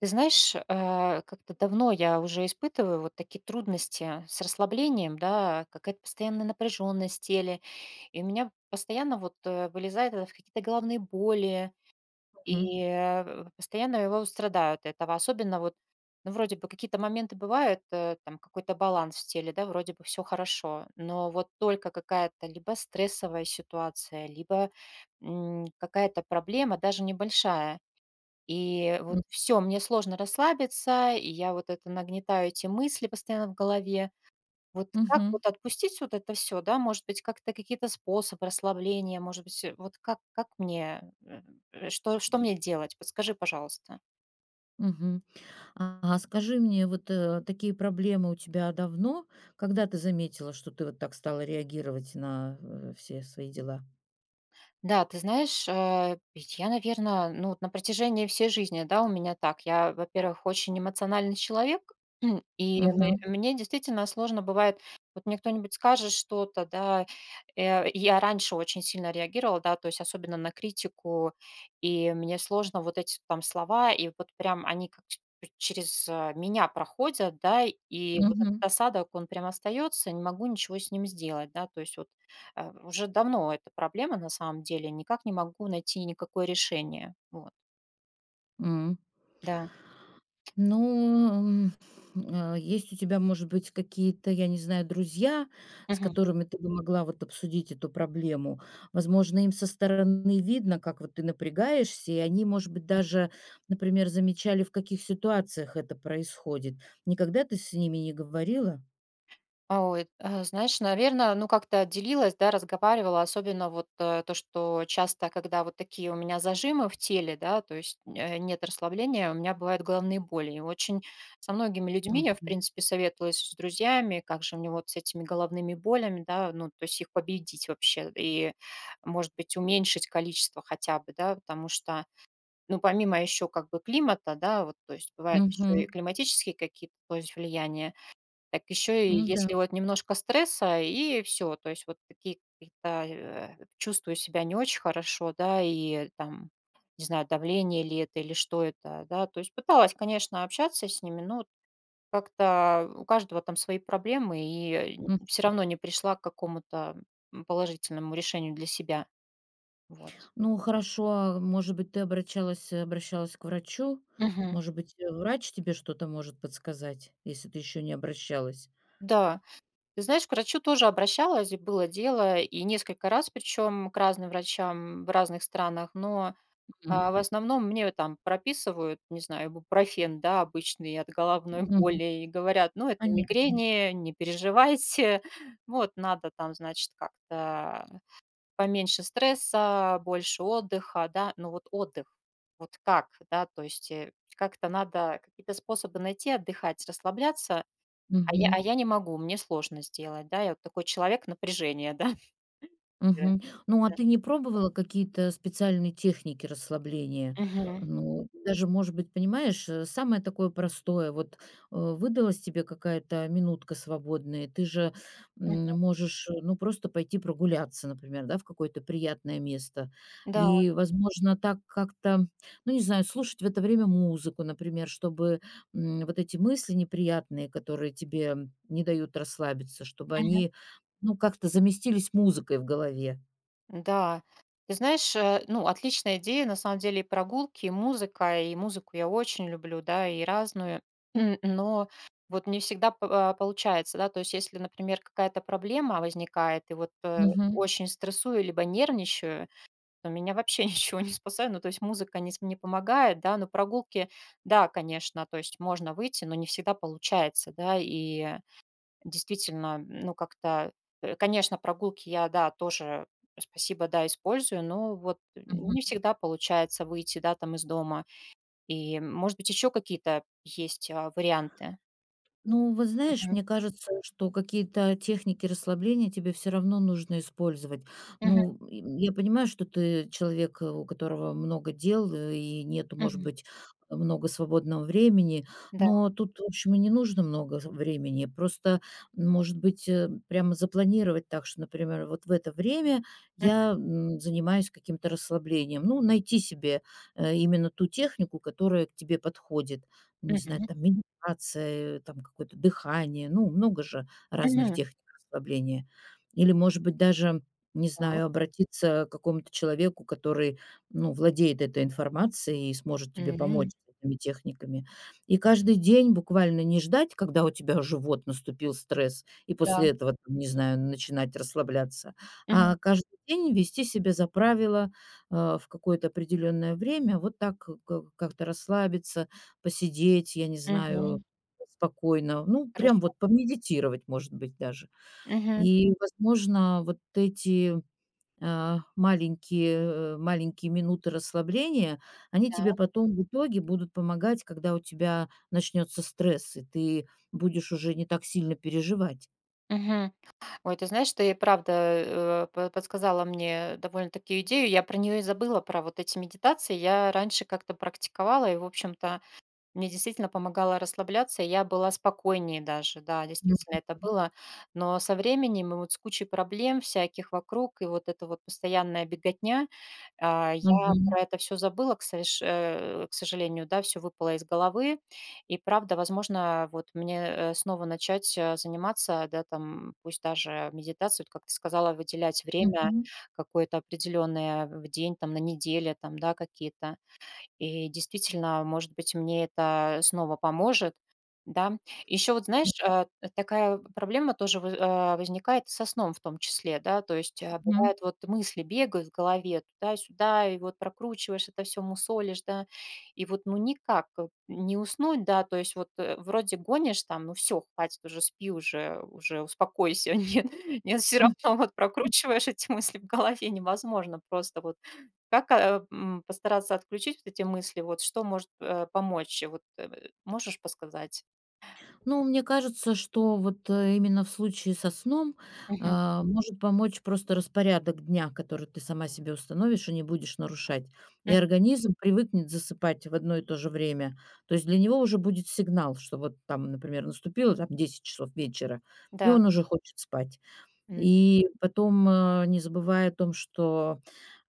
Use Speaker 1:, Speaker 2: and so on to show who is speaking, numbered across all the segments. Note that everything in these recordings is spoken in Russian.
Speaker 1: Ты знаешь, как-то давно я уже испытываю вот такие трудности с расслаблением, да, какая-то постоянная напряженность в теле. И у меня постоянно вот вылезает это в какие-то головные боли,
Speaker 2: Мгм.
Speaker 1: и постоянно его страдаю от этого. Особенно вот, ну, вроде бы какие-то моменты бывают, там какой-то баланс в теле, да, вроде бы все хорошо, но вот только какая-то либо стрессовая ситуация, либо какая-то проблема, даже небольшая, и вот
Speaker 2: М.
Speaker 1: все, мне сложно расслабиться, и я вот это нагнетаю эти мысли постоянно в голове. Вот как
Speaker 2: Мгм.
Speaker 1: вот отпустить вот это все, да? Может быть, как-то какие-то способы расслабления, может быть, вот как мне, что мне делать? Подскажи, пожалуйста.
Speaker 2: Мгм. А скажи мне, вот, такие проблемы у тебя давно? Когда ты заметила, что ты вот так стала реагировать на, все свои дела?
Speaker 1: Да, ты знаешь, ведь я, наверное, ну, вот на протяжении всей жизни, да, у меня так. Я, во-первых, очень эмоциональный человек. И мне
Speaker 2: Мгм.
Speaker 1: мне действительно сложно бывает, вот мне кто-нибудь скажет что-то, да, я раньше очень сильно реагировала, да, то есть особенно на критику. И мне сложно вот эти там слова, и вот прям они как через меня проходят, да, и вот этот
Speaker 2: Мгм.
Speaker 1: осадок, он прям остается, не могу ничего с ним сделать, да, то есть вот. Уже давно эта проблема, на самом деле, никак не могу найти никакое решение. Вот,
Speaker 2: М.
Speaker 1: да.
Speaker 2: Ну, м, есть у тебя, может быть, какие-то, я не знаю, друзья, с
Speaker 1: Мгм.
Speaker 2: которыми ты бы могла вот обсудить эту проблему. Возможно, им со стороны видно, как вот ты напрягаешься, и они, может быть, даже, например, замечали, в каких ситуациях это происходит. Никогда ты с ними не говорила?
Speaker 1: А, ой, знаешь, наверно, ну, как-то отделилась, да, разговаривала, особенно вот, то, что часто, когда вот такие у меня зажимы в теле, да, то есть, нет расслабления, у меня бывают головные боли. И очень со многими людьми я, в
Speaker 2: Мгм.
Speaker 1: принципе, советовалась с друзьями, как же мне вот с этими головными болями, да, ну, то есть их победить вообще и, может быть, уменьшить количество хотя бы, да, потому что. Ну, помимо еще как бы климата, да, вот, то есть бывают еще и
Speaker 2: Мгм.
Speaker 1: климатические какие-то, то есть влияния, так еще и
Speaker 2: Ну да.
Speaker 1: если вот немножко стресса, и все, то есть вот такие какие-то, чувствую себя не очень хорошо, да, и там, не знаю, давление ли это или что это, да. То есть пыталась, конечно, общаться с ними, но как-то у каждого там свои проблемы, и
Speaker 2: М.
Speaker 1: все равно не пришла к какому-то, положительному решению для себя. Вот.
Speaker 2: Ну хорошо, а может быть, ты обращалась к врачу?
Speaker 1: Мгм.
Speaker 2: Может быть, врач тебе что-то может подсказать, если ты еще не обращалась?
Speaker 1: Да. Ты знаешь, к врачу тоже обращалась, и было дело, и несколько раз, причем к разным врачам в разных странах, но
Speaker 2: Мгм.
Speaker 1: в основном мне там прописывают, не знаю, бупрофен, да, обычный от головной
Speaker 2: Мгм.
Speaker 1: боли, и говорят, ну, это
Speaker 2: Понятно.
Speaker 1: мигрени, не переживайте. Вот, надо там, значит, как-то поменьше стресса, больше отдыха, да, ну, вот отдых, вот как, да, то есть как-то надо какие-то способы найти, отдыхать, расслабляться, а я а
Speaker 2: Мгм.
Speaker 1: я не могу, мне сложно сделать, да. Я вот такой человек напряжения, да.
Speaker 2: Мгм. Ну, а
Speaker 1: Да.
Speaker 2: ты не пробовала какие-то специальные техники расслабления?
Speaker 1: Мгм.
Speaker 2: Ну, даже, может быть, понимаешь, самое такое простое, вот выдалась тебе какая-то минутка свободная, ты же
Speaker 1: Мгм.
Speaker 2: можешь, ну, просто пойти прогуляться, например, да, в какое-то приятное место.
Speaker 1: Да.
Speaker 2: И, возможно, так как-то, ну, не знаю, слушать в это время музыку, например, чтобы вот эти мысли неприятные, которые тебе не дают расслабиться, чтобы
Speaker 1: Мгм.
Speaker 2: они ну, как-то заместились музыкой в голове.
Speaker 1: Да. Ты знаешь, ну, отличная идея, на самом деле, и прогулки, и музыка. И музыку я очень люблю, да, и разную. Но вот не всегда получается, да. То есть если, например, какая-то проблема возникает, и вот,
Speaker 2: Мгм,
Speaker 1: очень стрессую либо нервничаю. Но меня вообще ничего не спасает. Ну, то есть музыка не помогает, да, но прогулки, да, конечно, то есть можно выйти, но не всегда получается, да, и действительно, ну, как-то, конечно, прогулки я, да, тоже, спасибо, да, использую, но вот не
Speaker 2: мгм.
Speaker 1: всегда получается выйти, да, там из дома. И, может быть, еще какие-то есть варианты?
Speaker 2: Ну, вот знаешь,
Speaker 1: Мгм.
Speaker 2: мне кажется, что какие-то техники расслабления тебе все равно нужно использовать.
Speaker 1: Мгм.
Speaker 2: Ну, и я понимаю, что ты человек, у которого много дел и нету, может
Speaker 1: Мгм.
Speaker 2: быть, много свободного времени,
Speaker 1: Да.
Speaker 2: но тут, в общем, и не нужно много времени. Просто, может быть, прямо запланировать так, что, например, вот в это время
Speaker 1: Мгм.
Speaker 2: я занимаюсь каким-то расслаблением. Ну, найти себе именно ту технику, которая к тебе подходит, не знаю,
Speaker 1: Мгм.
Speaker 2: там медитация, там какое-то дыхание, ну, много же разных
Speaker 1: Мгм.
Speaker 2: техник расслабления. Или, может быть, даже, не
Speaker 1: Так.
Speaker 2: знаю, обратиться к какому-то человеку, который, ну, владеет этой информацией и сможет тебе помочь
Speaker 1: М.
Speaker 2: с этими техниками. И каждый день буквально не ждать, когда у тебя уже вот наступил стресс, и
Speaker 1: Да.
Speaker 2: после этого, там, не знаю, начинать расслабляться,
Speaker 1: Мгм.
Speaker 2: а каждый день вести себя за правило в какое-то определенное время, вот так как-то расслабиться, посидеть, я не знаю,
Speaker 1: Мгм.
Speaker 2: спокойно, ну, прям
Speaker 1: Хорошо.
Speaker 2: вот помедитировать, может быть, даже.
Speaker 1: Мгм.
Speaker 2: И, возможно, вот эти, маленькие минуты расслабления, они
Speaker 1: Да.
Speaker 2: тебе потом в итоге будут помогать, когда у тебя начнется стресс, и ты будешь уже не так сильно переживать.
Speaker 1: Мгм. Ой, ты знаешь, ты и правда, по подсказала мне довольно-таки идею. Я про нее и забыла, про вот эти медитации. Я раньше как-то практиковала и, в общем-то, мне действительно помогало расслабляться, и я была спокойнее даже. Да, действительно
Speaker 2: М.
Speaker 1: это было. Но со временем и вот с кучей проблем всяких вокруг, и вот эта вот постоянная беготня, я
Speaker 2: Мгм.
Speaker 1: про это все забыла, к совеш к сожалению, да, все выпало из головы. И правда, возможно, вот мне, снова начать, заниматься, да, там, пусть даже медитацию, вот как ты сказала, выделять время
Speaker 2: Мгм.
Speaker 1: какое-то определенное в день, там, на неделе, там, да, какие-то. И действительно, может быть, мне это снова поможет, да. Еще вот, знаешь, такая проблема тоже возникает со сном в том числе, да, то есть
Speaker 2: Мгм.
Speaker 1: бывает, вот мысли бегают в голове туда-сюда, и вот прокручиваешь это все, мусолишь, да, и вот ну никак не уснуть, да, то есть вот вроде гонишь там, ну все, хватит уже, спи уже, уже успокойся, нет, нет, все равно вот прокручиваешь эти мысли в голове, невозможно просто вот как, постараться отключить вот эти мысли? Вот что может, помочь? Вот, можешь подсказать?
Speaker 2: Ну, мне кажется, что вот, именно в случае со сном,
Speaker 1: Мгм.
Speaker 2: может помочь просто распорядок дня, который ты сама себе установишь и не будешь нарушать. И
Speaker 1: М.
Speaker 2: организм привыкнет засыпать в одно и то же время. То есть для него уже будет сигнал, что вот там, например, наступило там 10 часов вечера, и
Speaker 1: Да.
Speaker 2: он уже хочет спать.
Speaker 1: М.
Speaker 2: И потом, не забывая о том, что,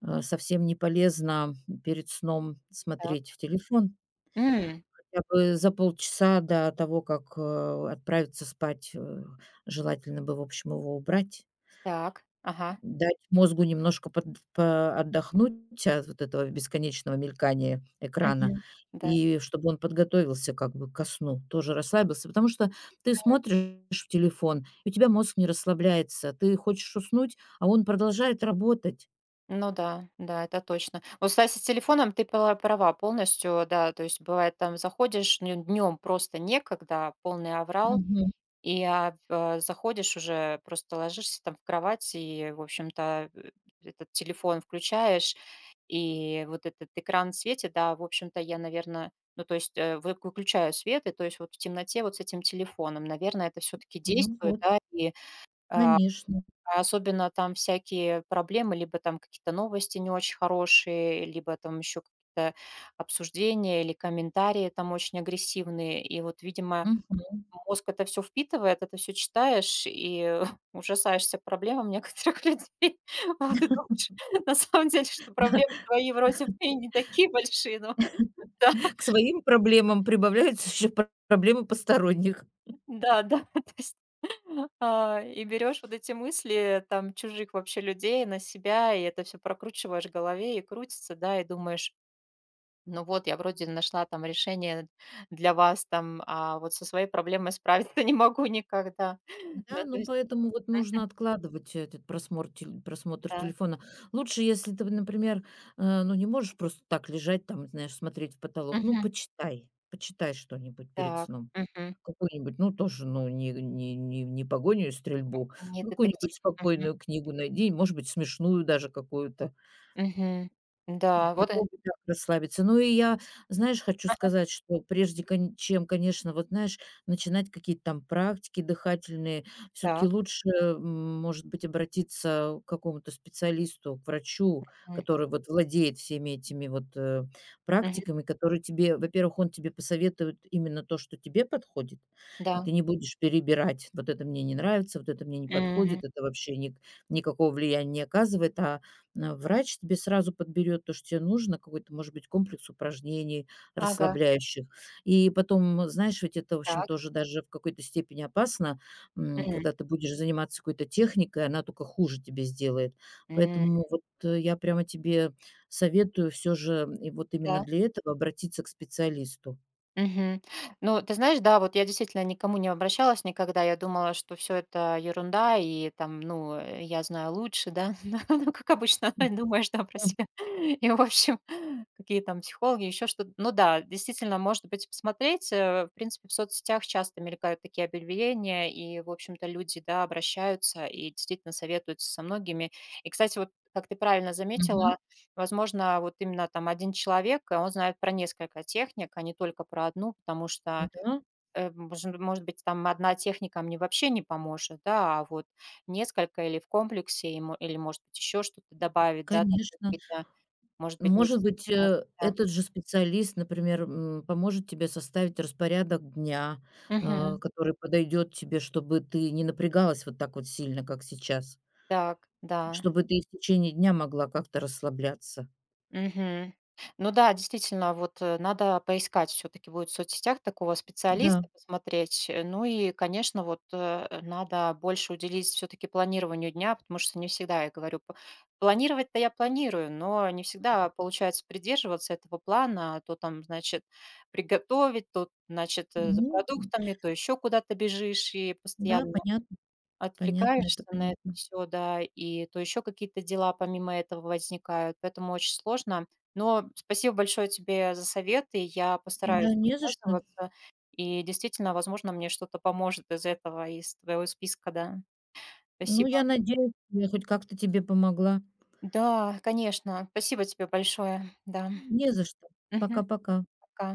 Speaker 2: совсем не полезно перед сном
Speaker 1: Так.
Speaker 2: смотреть в телефон,
Speaker 1: М.
Speaker 2: хотя бы за полчаса до того, как, отправиться спать, желательно бы, в общем, его убрать,
Speaker 1: Так. Ага.
Speaker 2: дать мозгу немножко отдохнуть от вот этого бесконечного мелькания экрана,
Speaker 1: Мгм. Да.
Speaker 2: и чтобы он подготовился как бы ко сну, тоже расслабился. Потому что ты смотришь в телефон, и у тебя мозг не расслабляется. Ты хочешь уснуть, а он продолжает работать.
Speaker 1: Ну да, да, это точно. Вот, кстати, с телефоном ты пала права полностью, да. То есть бывает, там заходишь, днем просто некогда, полный аврал.
Speaker 2: Мгм.
Speaker 1: И, заходишь уже, просто ложишься там в кровать и, в общем-то, этот телефон включаешь, и вот этот экран светит. Да, в общем-то, я, наверное, ну, то есть, вы выключаю свет, и, то есть, вот в темноте вот с этим телефоном, наверное, это все таки
Speaker 2: Ну
Speaker 1: действует,
Speaker 2: вот,
Speaker 1: да. И, а,
Speaker 2: конечно.
Speaker 1: особенно там всякие проблемы, либо там какие-то новости не очень хорошие, либо там еще какие-то обсуждения или комментарии там очень агрессивные. И вот, видимо,
Speaker 2: Мгм.
Speaker 1: мозг это все впитывает, это все читаешь и ужасаешься проблемам некоторых людей. Вот и думаешь, на самом деле, что проблемы твои вроде бы и не такие большие, но да,
Speaker 2: К своим проблемам прибавляются еще пр проблемы посторонних.
Speaker 1: да-да, то есть, и берешь вот эти мысли, там, чужих вообще людей на себя, и это все прокручиваешь в голове и крутится, да, и думаешь: "Ну вот, я вроде нашла там решение для вас там, а вот со своей проблемой справиться не могу никогда. Да.
Speaker 2: Да,
Speaker 1: Ну, то
Speaker 2: ну,
Speaker 1: есть,
Speaker 2: поэтому вот
Speaker 1: э,
Speaker 2: нужно откладывать этот просмор тель просмотр
Speaker 1: да.
Speaker 2: телефона. Лучше, если ты, например, ну, не можешь просто так лежать там, знаешь, смотреть в потолок. Ну, почитай, почитай что-нибудь перед
Speaker 1: Так,
Speaker 2: сном.
Speaker 1: мгм.
Speaker 2: Какую-нибудь, ну, тоже, ну, не "Погоню и стрельбу",
Speaker 1: Не
Speaker 2: ну, какую-нибудь
Speaker 1: детектив. Мгм,
Speaker 2: спокойную книгу найди, может быть, смешную даже какую-то.
Speaker 1: мгм. Да, вот,
Speaker 2: Попробуй так расслабиться. Ну и я, знаешь, хочу
Speaker 1: ага.
Speaker 2: сказать, что прежде кон чем, конечно, вот знаешь, начинать какие-то там практики дыхательные, все таки
Speaker 1: Так.
Speaker 2: лучше, может быть, обратиться к какому-то специалисту, к врачу,
Speaker 1: М.
Speaker 2: который вот владеет всеми этими вот,
Speaker 1: Мгм.
Speaker 2: практиками, которые тебе, во-первых, он тебе посоветует именно то, что тебе подходит, и
Speaker 1: Да.
Speaker 2: ты не будешь перебирать: вот это мне не нравится, вот это мне не
Speaker 1: Мгм.
Speaker 2: подходит, это вообще никакого влияния не оказывает, врач тебе сразу подберет то, что тебе нужно, какой-то, может быть, комплекс упражнений
Speaker 1: Ага.
Speaker 2: расслабляющих. И потом, знаешь, ведь это, в общем,
Speaker 1: Так.
Speaker 2: тоже даже в какой-то степени опасно,
Speaker 1: М.
Speaker 2: когда ты будешь заниматься какой-то техникой, она только хуже тебе сделает.
Speaker 1: М.
Speaker 2: Поэтому вот, я прямо тебе советую все же, и вот именно
Speaker 1: Да.
Speaker 2: для этого обратиться к специалисту.
Speaker 1: Мгм. Ну, ты знаешь, да, вот я действительно никому не обращалась никогда. Я думала, что все это ерунда, и там, ну, я знаю лучше, да. Ну, как обычно, думаешь, да, про
Speaker 2: Мгм.
Speaker 1: себя. И, в общем, какие там психологи, еще что-то. Ну да, действительно, может быть, посмотреть. В принципе, в соцсетях часто мелькают такие объявления, и, в общем-то, люди, да, обращаются и действительно советуются со многими. И, кстати, вот как ты правильно
Speaker 2: Мгм.
Speaker 1: заметила, возможно, вот именно там один человек, а он знает про несколько техник, а не только про одну, потому что,
Speaker 2: Да,
Speaker 1: может быть, там одна техника мне вообще не поможет, да, а вот несколько или в комплексе, и мо или, может быть, еще что-то добавить, да, там
Speaker 2: конечно.
Speaker 1: какие-то, может быть, мне
Speaker 2: Может быть,
Speaker 1: действительно может, да.
Speaker 2: этот же специалист, например, поможет тебе составить распорядок дня,
Speaker 1: Мгм.
Speaker 2: который подойдет тебе, чтобы ты не напрягалась вот так вот сильно, как сейчас,
Speaker 1: Так, да.
Speaker 2: чтобы ты и в течение дня могла как-то расслабляться.
Speaker 1: Мгм. Ну да, действительно, вот, надо поискать все таки будет в соцсетях такого
Speaker 2: Да,
Speaker 1: специалиста, посмотреть. Ну и, конечно, вот, надо больше уделить все таки планированию дня, потому что не всегда, я говорю, п планировать-то я планирую, но не всегда получается придерживаться этого плана. То там, значит, приготовить, то, значит, за
Speaker 2: ну
Speaker 1: продуктами, то еще куда-то бежишь и
Speaker 2: да,
Speaker 1: постоянно
Speaker 2: понятно, понятно,
Speaker 1: отвлекаешься
Speaker 2: это
Speaker 1: на это
Speaker 2: понятно.
Speaker 1: все, да, и то еще какие-то дела помимо этого возникают, поэтому очень сложно. Но спасибо большое тебе за советы. Я
Speaker 2: Да,
Speaker 1: постараюсь
Speaker 2: не за что.
Speaker 1: воспользоваться, и действительно, возможно, мне что-то поможет из этого, из твоего списка, да.
Speaker 2: Ну,
Speaker 1: Спасибо.
Speaker 2: я надеюсь, я хоть как-то тебе помогла.
Speaker 1: Да, конечно. Спасибо тебе большое. Да.
Speaker 2: Не за что.
Speaker 1: Мгм.
Speaker 2: Пока-пока.
Speaker 1: Пока.